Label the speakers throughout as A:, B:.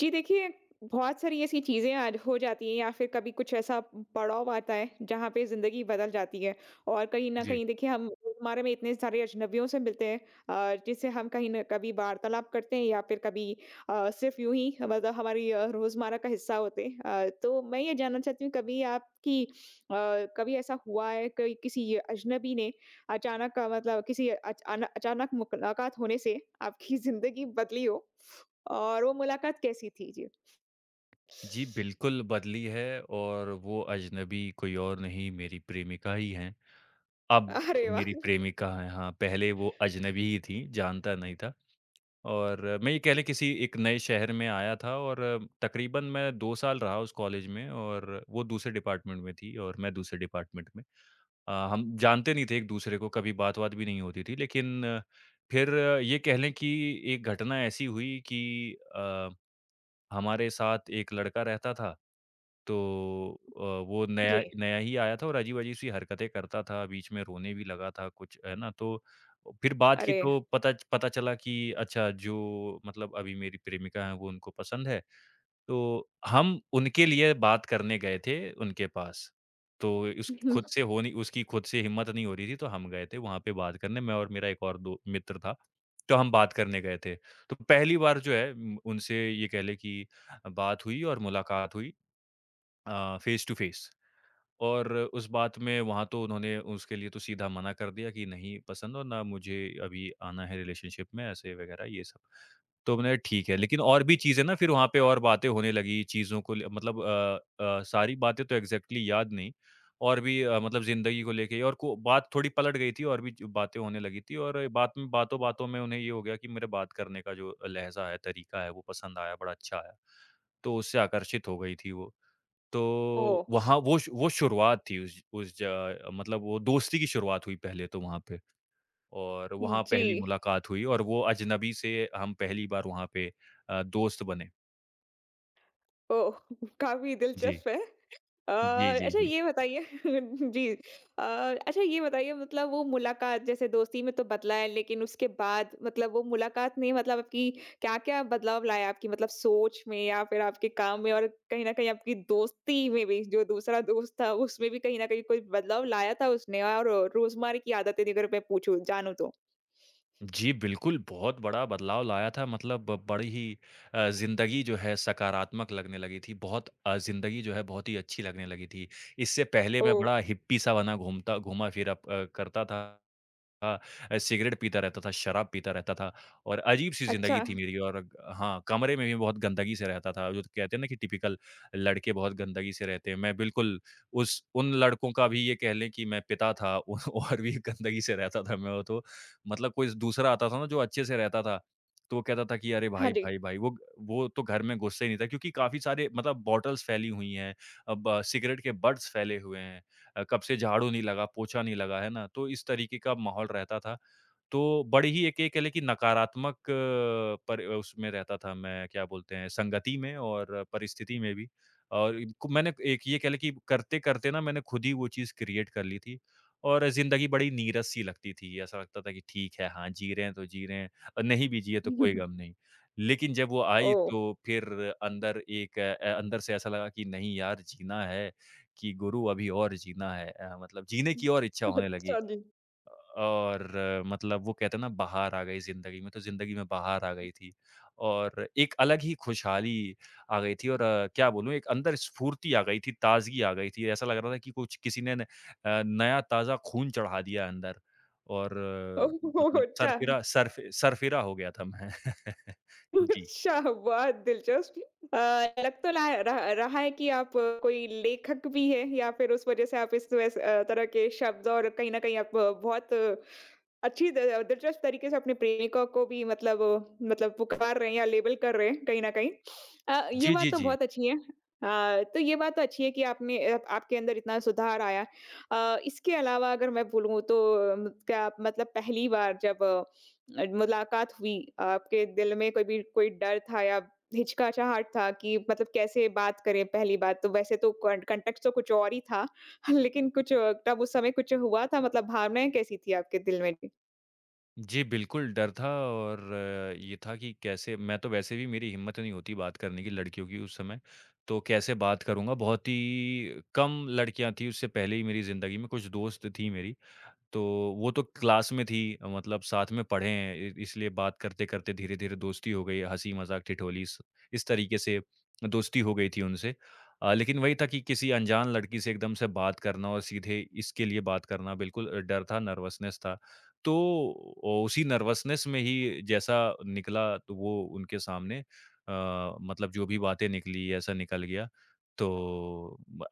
A: जी देखिए, बहुत सारी ऐसी चीज़ें आज हो जाती हैं या फिर कभी कुछ ऐसा पड़ाव आता है, जहाँ पे ज़िंदगी बदल जाती है। और कहीं न
B: जी।
A: कहीं देखिए हम रोज़मर्रा में इतने सारे अजनबियों से मिलते हैं, जिससे हम कहीं न कभी वार्तालाप करते हैं या फिर कभी सिर्फ़ यूँ ही मतलब हमारी रोज़मर्रा का हिस्सा होते हैं। तो मैं ये जानना चाहती हूँ कभी कभी ऐसा हुआ है कि किसी अजनबी ने अचानक, मतलब किसी अच अन अचानक मुलाकात होने से आपकी ज़िंदगी बदली हो? और वो मुलाकात कैसी थी? जी।
B: जी, बिल्कुल बदली है और वो अजनबी कोई और नहीं मेरी प्रेमिका ही हैं। अब
A: अरे
B: मेरी
A: वाह!
B: प्रेमिका हैं, हाँ, पहले वो अजनबी ही थी, जानता नहीं था और मैं ये कह लें किसी एक नए शहर में आया था और तकरीबन मैं 2 साल रहा उस कॉलेज में और वो दूसरे डिपार्टमेंट में थी और मैं दूसरे डिपार्टमेंट में। हम जानते नहीं थे एक-दूसरे को, कभी बात-वात भी नहीं होती थी लेकिन फिर ये कह लें कि एक घटना ऐसी हुई कि हमारे साथ एक लड़का रहता था तो अ, वो
A: जी।
B: नया नया ही आया था और अजीब-अजीब सी हरकतें करता था, बीच में रोने भी लगा था कुछ, है ना? तो फिर बात की
A: अरे!
B: तो पता चला कि अच्छा जो मतलब अभी मेरी प्रेमिका हैं, वो उनको पसंद है, तो हम उनके लिए बात करने गए थे उनके पास। तो इस खुद से हो नहीं उसकी खुद से हिम्मत नहीं हो रही थी, तो हम गए थे वहाँ पे बात करने, मैं और मेरा एक और दो मित्र था, तो हम बात करने गए थे। तो पहली बार जो है उनसे ये कह लें कि बात हुई और मुलाकात हुई। फ़ेस टू फ़ेस और उस बात में वहाँ तो उन्होंने उसके लिए तो सीधा मना कर दिया कि नहीं पसंद और ना मुझे अभी आना है रिलेशनशिप में ऐसे वग़ैरह ये सब। तो मैंने ठीक है लेकिन और भी चीज़ें ना फिर वहाँ पे और बातें होने लगी चीज़ों को ले मतलब सारी बातें तो एग्ज़ैक्टली याद नहीं और भी मतलब ज़िंदगी को लेके और को बात थोड़ी पलट गई थी और भी ज बातें होने लगी थी और बात में बातों-बातों में उन्हें ये हो गया कि मेरे बात करने का जो लहज़ा है, तरीका है वो पसंद आया, बड़ा अच्छा आया। तो उससे आकर्षित हो गई थी वो। तो
A: ओह!
B: वहाँ वो शुरुआत थी उस ज मतलब वो दोस्ती की शुरुआत हुई पहले तो वहाँ पे और वहाँ
A: जी।
B: पहली मुलाकात हुई और वो अजनबी से हम पहली बार वहाँ पे दोस्त बने।
A: ओह! काफ़ी
B: जी।
A: दिलचस्प है। अ,
B: जी, जी,
A: अच्छा
B: जी।
A: ये बताइए जी। अ, अच्छा ये बताइए मतलब वो मुलाकात जैसे दोस्ती में तो बदला है लेकिन उसके बाद मतलब वो मुलाकात ने मतलब आपकी क्या-क्या बदलाव लाया आपकी मतलब सोच में या फिर आपके काम में और कहीं न कहीं आपकी दोस्ती में भी जो दूसरा दोस्त था उसमें भी कहीं न कहीं कोई बदलाव लाया था उसने और रोज़मर्रा की आदतें अगर मैं पूछूँ जानूँ तो?
B: जी, बिल्कुल, बहुत बड़ा बदलाव लाया था मतलब बड़ी ही ज़िंदगी जो है सकारात्मक लगने लगी थी। बहुत ज़िंदगी जो है बहुत ही अच्छी लगने लगी थी। इससे पहले मैं
A: ओह!
B: बड़ा हिप्पी सा बना घूमता घूमा-फिरा करता था। था सिगरेट पीता रहता था, शराब पीता रहता था और अजीब-सी
A: अच्छा,
B: ज़िंदगी थी मेरी और हाँ, कमरे में भी बहुत गंदगी से रहता था। जो तो कहते हैं ना कि टिपिकल लड़के बहुत गंदगी से रहते हैं। मैं बिल्कुल उस उन लड़कों का भी ये कह लें कि मैं पिता था औ और भी गंदगी से रहता था मैं वो तो। मतलब कोई दूसरा आता था ना जो अच्छे से रहता था, तो वो कहता था कि अरे
A: हाँ
B: भाई,
A: जी।
B: भाई, भाई वो तो घर में घुसता ही नहीं था क्योंकि काफ़ी सारे मतलब बॉटल्स फैली हुई हैं, अब सिगरेट के बट्स फैले हुए हैं। कब से झाड़ू नहीं लगा, पोछा नहीं लगा, है ना? तो इस तरीके का माहौल रहता था। तो बड़ी ही एक ये कह लें कि नकारात्मक पर उसमें रहता था मैं, क्या बोलते हैं, संगति में और परिस्थिति में भी। और इनको मैंने एक ये कह लें कि करते-करते ना मैंने खुद ही वो चीज़ क्रिएट कर ली थी और ज़िंदगी बड़ी नीरस सी लगती थी। ऐसा लगता था कि ठीक है, हाँ, जी रहे हैं तो जी रहे हैं और नहीं भी जिए तो कोई गम नहीं। लेकिन जब वो आई
A: ओह!
B: तो फिर अंदर अंदर से ऐसा लगा कि नहीं यार जीना है कि गुरु अभी और जीना है मतलब जीने की और इच्छा होने लगी।
A: अच्छा जी।
B: और मतलब वो कहते हैं ना बाहर आ गई ज़िंदगी में, तो ज़िंदगी में बाहर आ गई थी और एक अलग ही खुशहाली आ गई थी और क्या बोलूँ एक अंदर स्फूर्ति आ गई थी, ताज़गी आ गई थी। ऐसा लग रहा था कि कुछ किसी ने न अ, नया ताज़ा खून चढ़ा दिया है अंदर और
A: ओह!
B: मतलब
A: अच्छा।
B: सरफिरा हो गया था मैं। जी।
A: अच्छा, बहुत दिलचस्प। अ, लग तो रहा है रहा रहा है कि आप कोई लेखक भी हैं या फिर उस वज़ह से आप इस तरह के शब्द और कहीं न कहीं आप बहुत अच्छी द दिलचस्प तरीके से अपनी प्रेमिका को भी मतलब पुकार रहे हैं या लेबल कर रहे हैं कहीं न कहीं। ये
B: जी,
A: बात
B: जी,
A: तो
B: जी।
A: बहुत अच्छी है। हाँ, तो ये बात तो अच्छी है कि आपके अंदर इतना सुधार आया। इसके अलावा अगर मैं बोलूँ तो अ, क्या आप मतलब पहली बार जब मुलाकात हुई, आपके दिल में कोई डर था या हिचकिचाहट था कि मतलब कैसे बात करें पहली बात तो वैसे तो कॉन्टेक्स्ट तो कुछ और ही था, लेकिन कुछ तब उस समय कुछ हुआ था मतलब भावनाएँ कैसी थी आपके दिल में? जी।
B: जी, बिल्कुल डर था और ये था कि कैसे मैं तो वैसे भी मेरी हिम्मत नहीं होती बात करने की लड़कियों की उस समय, तो कैसे बात करूँगा? बहुत ही कम लड़कियाँ थी उससे पहले ही मेरी ज़िंदगी में, कुछ दोस्त थी मेरी तो वो तो क्लास में थी मतलब साथ में पढ़े हैं इ इसलिए बात करते-करते धीरे-धीरे दोस्ती हो गई, हँसी-मज़ाक, ठिठोली स इस तरीके से दोस्ती हो गई थी उनसे। लेकिन वही था कि किसी अनजान लड़की से एकदम से बात करना और सीधे इसके लिए बात करना बिल्कुल डर था, नर्वसनेस था। तो ओ उसी नर्वसनेस में ही जैसा निकला तो वो उनके सामने मतलब जो भी बातें निकली ऐसा निकल गया। तो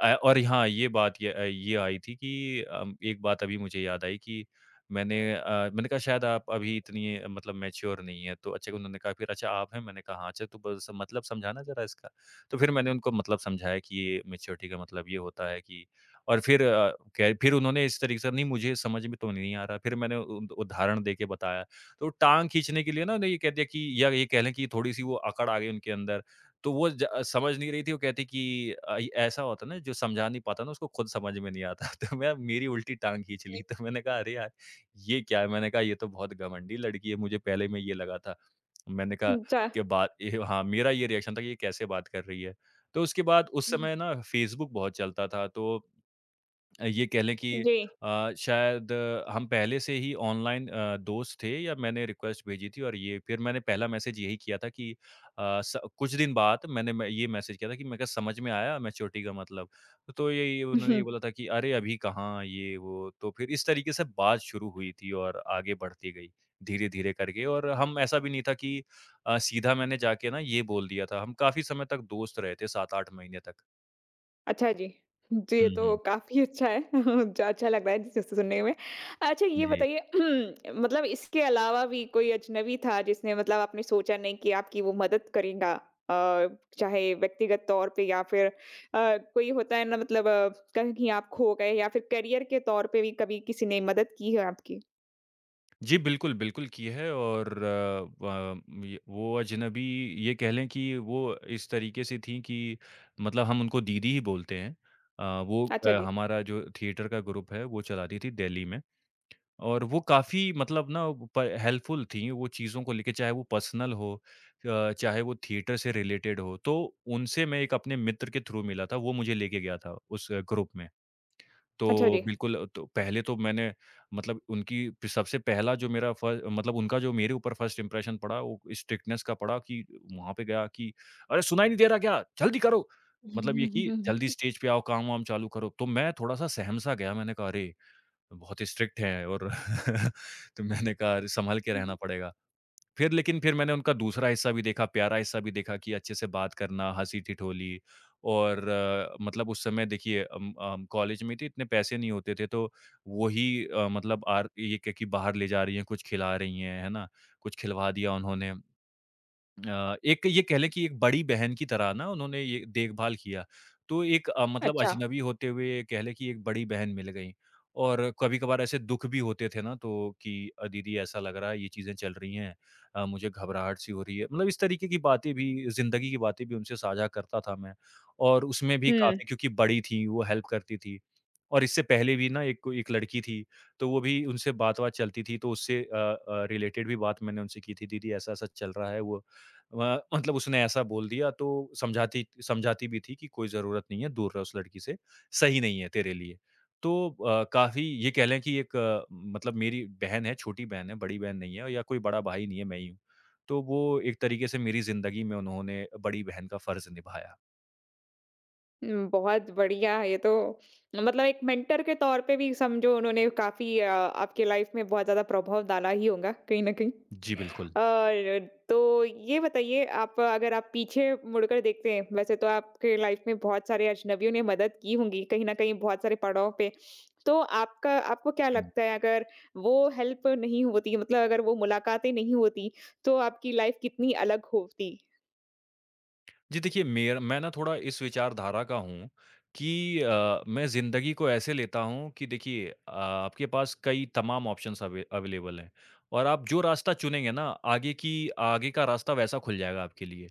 B: और हाँ, ये बात ये अ, ये आई थी कि एक बात अभी मुझे याद आई कि मैंने अ, मैंने कहा शायद आप अभी इतनी मतलब मैच्योर नहीं हैं, तो अच्छा उन्होंने कहा फिर अच्छा आप हैं? मैंने कहा हाँ, अच्छा तो बस मतलब समझाना ज़रा इसका। तो फिर मैंने उनको मतलब समझाया कि ये मैच्योरिटी का मतलब ये होता है कि और फिर अ, कै फिर उन्होंने इस तरीके से नहीं मुझे समझ में तो नहीं आ रहा, फिर मैंने उ उदाहरण दे के बताया। तो टाँग खींचने के लिए ना उन्होंने ये कह दिया कि या ये कह लें कि थोड़ी-सी वो अकड़ आ गई उनके अंदर। तो वो ज समझ नहीं रही थी, वो कहती कि ऐसा होता है ना जो समझा नहीं पाता ना उसको खुद समझ में नहीं आता। तो मैं मेरी उल्टी टाँग खींच ली। तो मैंने कहा अरे यार! ये क्या है? मैंने कहा ये तो बहुत घमंडी लड़की है, मुझे पहले में ये लगा था। मैंने कहा
A: हुँ, चा
B: कि बात ये हाँ, मेरा ये रिएक्शन था कि ये कैसे बात कर रही है? तो उसके बाद उस समय ना फ़ेसबुक बहुत चलता था तो ये कह लें कि
A: जी।
B: शायद हम पहले से ही ऑनलाइन दोस्त थे या मैंने रिक्वेस्ट भेजी थी और ये फिर मैंने पहला मैसेज यही किया था कि अ, स कुछ दिन बाद मैंने मैं ये मैसेज किया था कि मैं कहा समझ में आया मैच्योरिटी का मतलब। तो यही उन्होंने ये बोला था कि अरे अभी कहाँ ये वो, तो फिर इस तरीके से बात शुरू हुई थी और आगे बढ़ती गई, धीरे-धीरे करके और हम ऐसा भी नहीं था कि सीधा मैंने जाके ना ये बोल दिया था, हम काफ़ी समय तक दोस्त रहे थे 7-8 महीने तक।
A: अच्छा जी। जी, ये
B: हुँ,
A: तो
B: हुँ।
A: काफ़ी अच्छा है। जो अच्छा लग रहा है जिस सुनने में। अच्छा ये
B: जी।
A: बताइए मतलब इसके अलावा भी कोई अजनबी था जिसने मतलब आपने सोचा नहीं कि आपकी वो मदद करेगा? अ, चाहे व्यक्तिगत तौर पे या फिर कोई होता है ना कहीं आप खो गए या फिर करियर के तौर पे भी कभी किसी ने मदद की है आपकी?
B: जी, बिल्कुल, बिल्कुल की है और अ, य वो अजनबी ये कह लें कि वो इस तरीके से थीं कि मतलब हम उनको दीदी ही बोलते हैं। वो
A: अच्छा जी।
B: हमारा जो थिएटर का ग्रुप है वो चलाती थी दिल्ली में और वो काफ़ी मतलब ना प हेल्पफुल थीं वो चीज़ों को लेके चाहे वो पर्सनल हो चाहे वो थिएटर से रिलेटेड हो। तो उनसे मैं एक अपने मित्र के थ्रू मिला था, वो मुझे लेके गया था उस ग्रुप में।
A: अच्छा
B: तो
A: जी।
B: बिल्कुल तो पहले तो मैंने मतलब उनकी प सबसे पहला जो मेरा फ मतलब उनका जो मेरे ऊपर फर्स्ट इम्प्रेशन पड़ा वो स्ट्रिक्टनेस का पड़ा कि वहाँ पे गया कि, "अरे! सुनाई नहीं दे रहा क्या? जल्दी करो!" मतलब ये कि जल्दी स्टेज पे आओ, काम-वाम चालू करो। तो मैं थोड़ा-सा सहम-सा गया, मैंने कहा, "अरे! बहुत स्ट्रिक्ट हैं और" तो मैंने कहा, "अरे! संभल के रहना पड़ेगा।" फिर लेकिन फिर मैंने उनका दूसरा हिस्सा भी देखा, प्यारा हिस्सा भी देखा कि अच्छे से बात करना, हँसी-ठिठोली और मतलब उस समय देखिए अम अम, कॉलेज में थे इतने पैसे नहीं होते थे तो वही अ, मतलब आर ये क्या कि बाहर ले जा रही हैं, कुछ खिला रही हैं, है ना? कुछ खिलवा दिया उन्होंने। एक ये कह लें कि एक बड़ी बहन की तरह ना उन्होंने ये देखभाल किया। तो एक मतलब
A: अच्छा।
B: अजनबी होते हुए कह लें कि एक बड़ी बहन मिल गईं और कभी-कभार ऐसे दुःख भी होते थे ना तो कि दीदी ऐसा लग रहा है ये चीज़ें चल रही हैं, मुझे घबराहट सी हो रही है। मतलब इस तरीके की बातें भी ज़िंदगी की बातें भी उनसे साझा करता था मैं और उसमें भी
A: हुँ।
B: काफ़ी क्योंकि बड़ी थीं, वो हेल्प करती थीं और इससे पहले भी ना एक एक लड़की थी, तो वो भी उनसे बात-वात चलती थी तो उससे रिलेटेड भी बात मैंने उनसे की थी, दीदी ऐसा-ऐसा चल रहा है वो व मतलब उसने ऐसा बोल दिया तो समझाती समझाती भी थी कि कोई ज़रूरत नहीं है, दूर रह उस लड़की से, सही नहीं है तेरे लिए। तो काफ़ी ये कह लें कि एक मतलब मेरी बहन है, छोटी बहन है, बड़ी बहन नहीं है या कोई बड़ा भाई नहीं है, मैं ही हूँ। तो वो एक तरीके से मेरी ज़िंदगी में उन्होंने बड़ी बहन का फ़र्ज़ निभाया।
A: हुँ, बहुत बढ़िया। ये तो मतलब एक मेंटर के तौर पे भी समझो उन्होंने काफ़ी आपके लाइफ में बहुत ज़्यादा प्रभाव डाला ही होगा कहीं न कहीं।
B: जी, बिल्कुल।
A: और तो ये बताइए आप अगर आप पीछे मुड़कर देखते हैं, वैसे तो आपके लाइफ में बहुत सारे अजनबियों ने मदद की होंगी कहीं न कहीं बहुत सारे पड़ाव पे। तो आपका आपको क्या
B: हुँ।
A: लगता है अगर वो हेल्प नहीं होती मतलब अगर वो मुलाकातें नहीं होती, तो आपकी लाइफ कितनी अलग होती?
B: जी देखिए मेर मैं ना थोड़ा इस विचारधारा का हूँ कि मैं ज़िंदगी को ऐसे लेता हूँ कि देखिए आपके पास कई तमाम ऑप्शंस अवेलेबल हैं और आप जो रास्ता चुनेंगे ना आगे का रास्ता वैसा खुल जाएगा आपके लिए,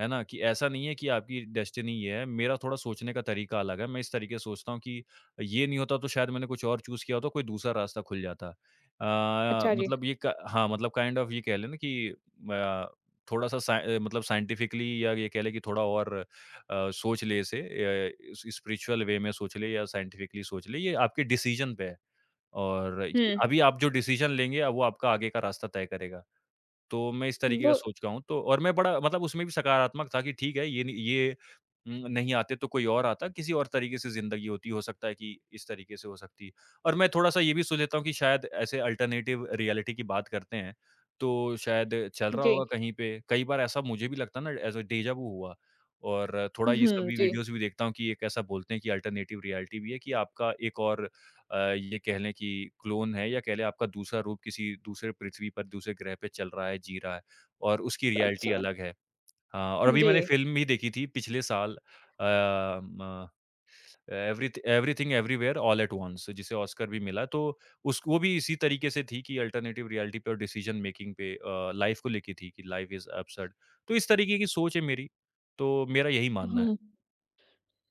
B: है ना? कि ऐसा नहीं है कि आपकी डेस्टिनी ये है, मेरा थोड़ा सोचने का तरीका अलग है, मैं इस तरीके से सोचता हूँ कि ये नहीं होता तो शायद मैंने कुछ और चूज़ किया होता, कोई दूसरा रास्ता खुल जाता। अ,
A: अच्छा जी।
B: मतलब ये क हाँ, मतलब काइंड ऑफ ये कह लें ना कि अ, थोड़ा-सा मतलब साइंटिफिकली या ये कह लें कि थोड़ा और सोच ले इसे इस स्पिरिचुअल वे में सोच ले या साइंटिफिकली सोच ले, ये आपके डिसीज़न पे है और ये-
A: हुँ,
B: अभी आप जो डिसीज़न लेंगे, अब वो आपका आगे का रास्ता तय करेगा। तो मैं इस तरीके का
A: वो
B: सोच रहा हूँ तो और मैं बड़ा मतलब उसमें भी सकारात्मक था कि ठीक है ये नहीं ये नहीं आते तो कोई और आता, किसी और तरीके से ज़िंदगी होती, हो सकता है कि इस तरीके से हो सकती। और मैं थोड़ा-सा ये भी सोच लेता हूँ कि शायद ऐसे अल्टरनेटिव रियलिटी की बात करते हैं, तो शायद चल रहा
A: जी।
B: होगा कहीं पे। कई बार ऐसा मुझे भी लगता है ना एज़ अ डेज़ा वू हुआ और थोड़ा ये सब
A: हुँ,
B: भी
A: जी।
B: वीडियोज़ भी देखता हूँ कि एक ऐसा बोलते हैं कि अल्टरनेटिव रियलिटी भी है कि आपका एक और ये कह लें कि क्लोन है या कह लें आपका दूसरा रूप किसी दूसरे पृथ्वी पर, दूसरे ग्रह पे चल रहा है, जी रहा है और उसकी रियलिटी
A: अच्छा,
B: अलग है। हाँ, और अभी
A: जी।
B: मैंने फ़िल्म भी देखी थी पिछले साल अ, म एवरीथ everything everywhere all at once जिसे ऑस्कर भी मिला। तो उस वो भी इसी तरीके से थी कि अल्टरनेटिव रियलिटी पे और डिसीज़न मेकिंग पे लाइफ़ को लेके थी कि लाइफ़ इज़ एब्सर्ड। तो इस तरीके की सोच है मेरी, तो मेरा यही मानना है।
A: हुँ।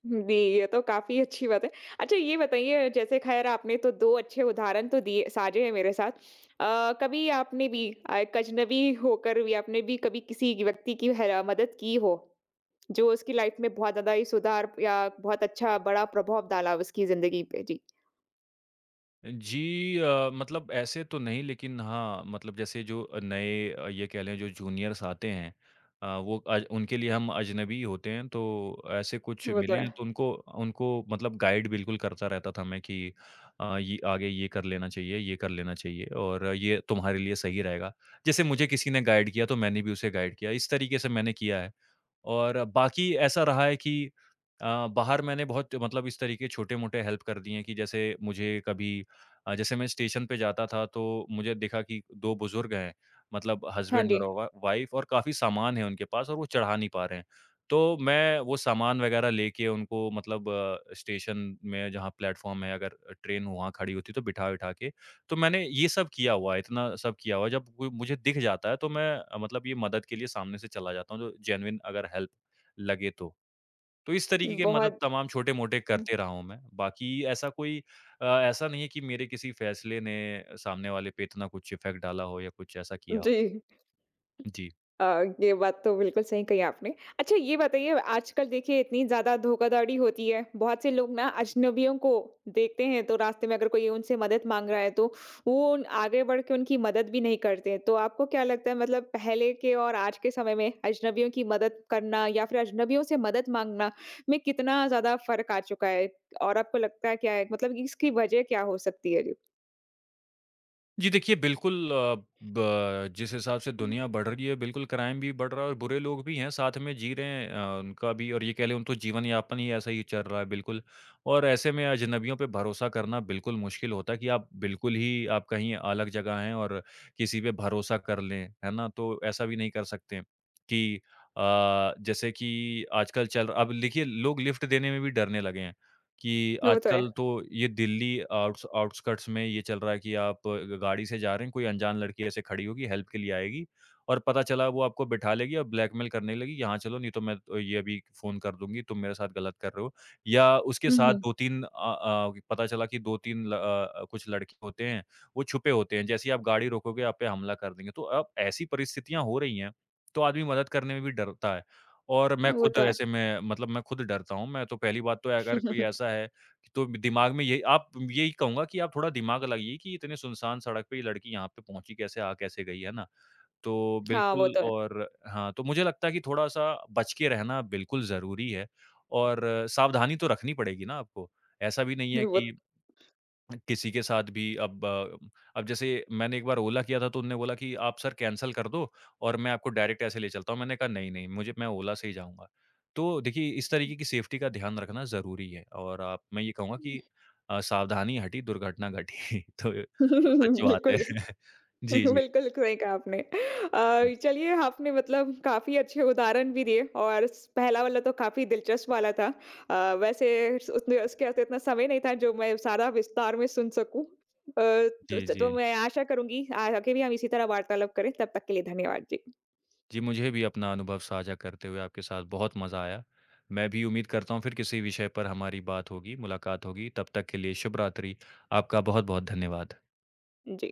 A: जी, ये तो काफ़ी अच्छी बात है। अच्छा ये बताइए जैसे ख़ैर आपने तो 2 अच्छे उदाहरण तो दिए साझे हैं मेरे साथ। कभी आपने भी एक अजनबी होकर भी आपने भी कभी व्यक्ति की है मदद की हो, जो उसकी लाइफ़ में बहुत ज़्यादा ही सुधार या बहुत अच्छा बड़ा प्रभाव डाला उसकी ज़िंदगी पे? जी,
B: जी मतलब ऐसे तो नहीं लेकिन हाँ, मतलब जैसे जो नए ये कह लें जो जूनियर्स आते हैं वो अज उनके लिए हम अजनबी होते हैं, तो ऐसे कुछ
A: वो तो
B: मिले
A: है।
B: हैं तो उनको उनको मतलब गाइड बिल्कुल करता रहता था मैं कि ये आगे ये कर लेना चाहिए, ये कर लेना चाहिए और ये तुम्हारे लिए सही रहेगा। जैसे मुझे किसी ने गाइड किया तो मैंने भी उसे गाइड किया, इस तरीके से मैंने किया है। और बाकी ऐसा रहा है कि बाहर मैंने बहुत मतलब इस तरीके छोटे-मोटे हेल्प कर दिए हैं कि जैसे मुझे कभी जैसे मैं स्टेशन पे जाता था तो मुझे दिखा कि 2 बुज़ुर्ग हैं, मतलब
A: हाँ
B: हस्बैंड
A: जी,
B: और वा वाइफ़ और काफ़ी सामान है उनके पास और वो चढ़ा नहीं पा रहे हैं। तो मैं वो सामान वग़ैरह लेके उनको मतलब स्टेशन में जहाँ प्लेटफ़ॉर्म है अगर ट्रेन वहाँ खड़ी होती है तो बिठा-विठा के, तो मैंने ये सब किया हुआ है, इतना सब किया हुआ है। जब कोई मुझे दिख जाता है तो मैं मतलब ये मदद के लिए सामने से चला जाता हूँ, जो जेनुइन अगर हेल्प लगे तो। तो इस तरीके की मदद
A: बहुत
B: तमाम छोटे-मोटे
A: हुँ,
B: करते रहा हूँ मैं। बाकी ऐसा कोई ऐसा नहीं है कि मेरे किसी फैसले ने सामने वाले पे इतना कुछ इफ़ेक्ट डाला हो या कुछ ऐसा किया हो।
A: जी।
B: जी।
A: अ, ये बात तो बिल्कुल सही कही आपने। अच्छा ये बताइए आजकल देखिए इतनी ज़्यादा धोखाधड़ी होती है। बहुत से लोग ना अजनबियों को देखते हैं तो रास्ते में अगर कोई उनसे मदद माँग रहा है तो वो उन आगे बढ़ के उनकी मदद भी नहीं करते हैं। तो आपको क्या लगता है मतलब पहले के और आज के समय में अजनबियों की मदद करना या फिर अजनबियों से मदद माँगना में कितना ज़्यादा फ़र्क आ चुका है? और आपको लगता है क्या है मतलब कि इसकी वजह क्या हो सकती है? जी।
B: जी देखिए, बिल्कुल अ, ब जिस हिसाब से दुनिया बढ़ रही है, बिल्कुल क्राइम भी बढ़ रहा है और बुरे लोग भी हैं, साथ में जी रहे हैं उनका भी और ये कह लें उनका जीवन-यापन ही ऐसा ही चल रहा है, बिल्कुल। और ऐसे में अजनबियों पे भरोसा करना बिल्कुल मुश्किल होता है कि आप बिल्कुल ही आप कहीं अलग जगह हैं और किसी पे भरोसा कर लें, है ना? तो ऐसा भी नहीं कर सकते कि अ, जैसे कि आजकल चल अब देखिए, लोग लिफ्ट देने में भी डरने लगे हैं। कि
A: वो तो है।
B: आजकल तो ये दिल्ली आउट्स आउटस्कर्ट्स में ये चल रहा है कि आप ग गाड़ी से जा रहे हैं, कोई अनजान लड़की ऐसे खड़ी होगी, हेल्प के लिए आएगी और पता चला वो आपको बिठा लेगी और ब्लैकमेल करने लगी, यहाँ चलो नहीं तो मैं तो ये अभी फ़ोन कर दूँगी, तुम मेरे साथ गलत कर रहे हो। या उसके
A: हुँ,
B: साथ
A: हुँ।
B: पता चला कि 2-3 कुछ लड़के होते हैं, वो छुपे होते हैं, जैसे ही आप गाड़ी रोकोगे, आप पे हमला कर देंगे। तो अब ऐसी परिस्थितियाँ हो रही हैं, तो आदमी मदद करने में भी डरता है। और मैं
A: वो
B: खुद
A: तो है।
B: ऐसे में मैं खुद डरता हूँ। मैं तो पहली बात तो अगर कोई ऐसा है, कि तो दिमाग में यही आप यही कहूँगा कि आप थोड़ा दिमाग लगाइए कि इतने सुनसान सड़क पे ये लड़की यहाँ पे पहुँची कैसे, आ कैसे गई, है ना? तो
A: हाँ, वो
B: बिल्कुल
A: तो है।
B: और हाँ, तो मुझे लगता है कि थोड़ा-सा बच के रहना बिल्कुल ज़रूरी है और सावधानी तो रखनी पड़ेगी ना आपको। ऐसा भी नहीं है
A: वो
B: कि किसी के साथ भी अब अब जैसे मैंने एक बार ओला किया था तो उन्होंने बोला कि आप सर कैंसल कर दो और मैं आपको डायरेक्ट ऐसे ले चलता हूँ। मैंने कहा नहीं, नहीं मुझे मैं ओला से ही जाऊँगा। तो देखिए इस तरीके की सेफ्टी का ध्यान रखना ज़रूरी है और आप मैं ये कहूँगा कि सावधानी हटी दुर्घटना घटी। तो वो सच बात है।
A: बिल्कुल,
B: जी, जी।
A: बिल्कुल सही कहा आपने। चलिए आपने मतलब काफ़ी अच्छे उदाहरण भी दिए और स पहला वाला तो काफ़ी दिलचस्प वाला था। वैसे स उसमें उसके पास इतना समय नहीं था जो मैं सारा विस्तार में सुन सकूँ। तो
B: जी,
A: स तो
B: जी।
A: मैं आशा करूँगी आ आगे भी हम इसी तरह वार्तालाप करें। तब तक के लिए धन्यवाद। जी।
B: जी, मुझे भी अपना अनुभव साझा करते हुए आपके साथ बहुत मज़ा आया। मैं भी उम्मीद करता हूँ फिर किसी विषय पर हमारी बात होगी, मुलाकात होगी। तब तक के लिए शुभ रात्रि। आपका बहुत-बहुत धन्यवाद।
A: जी।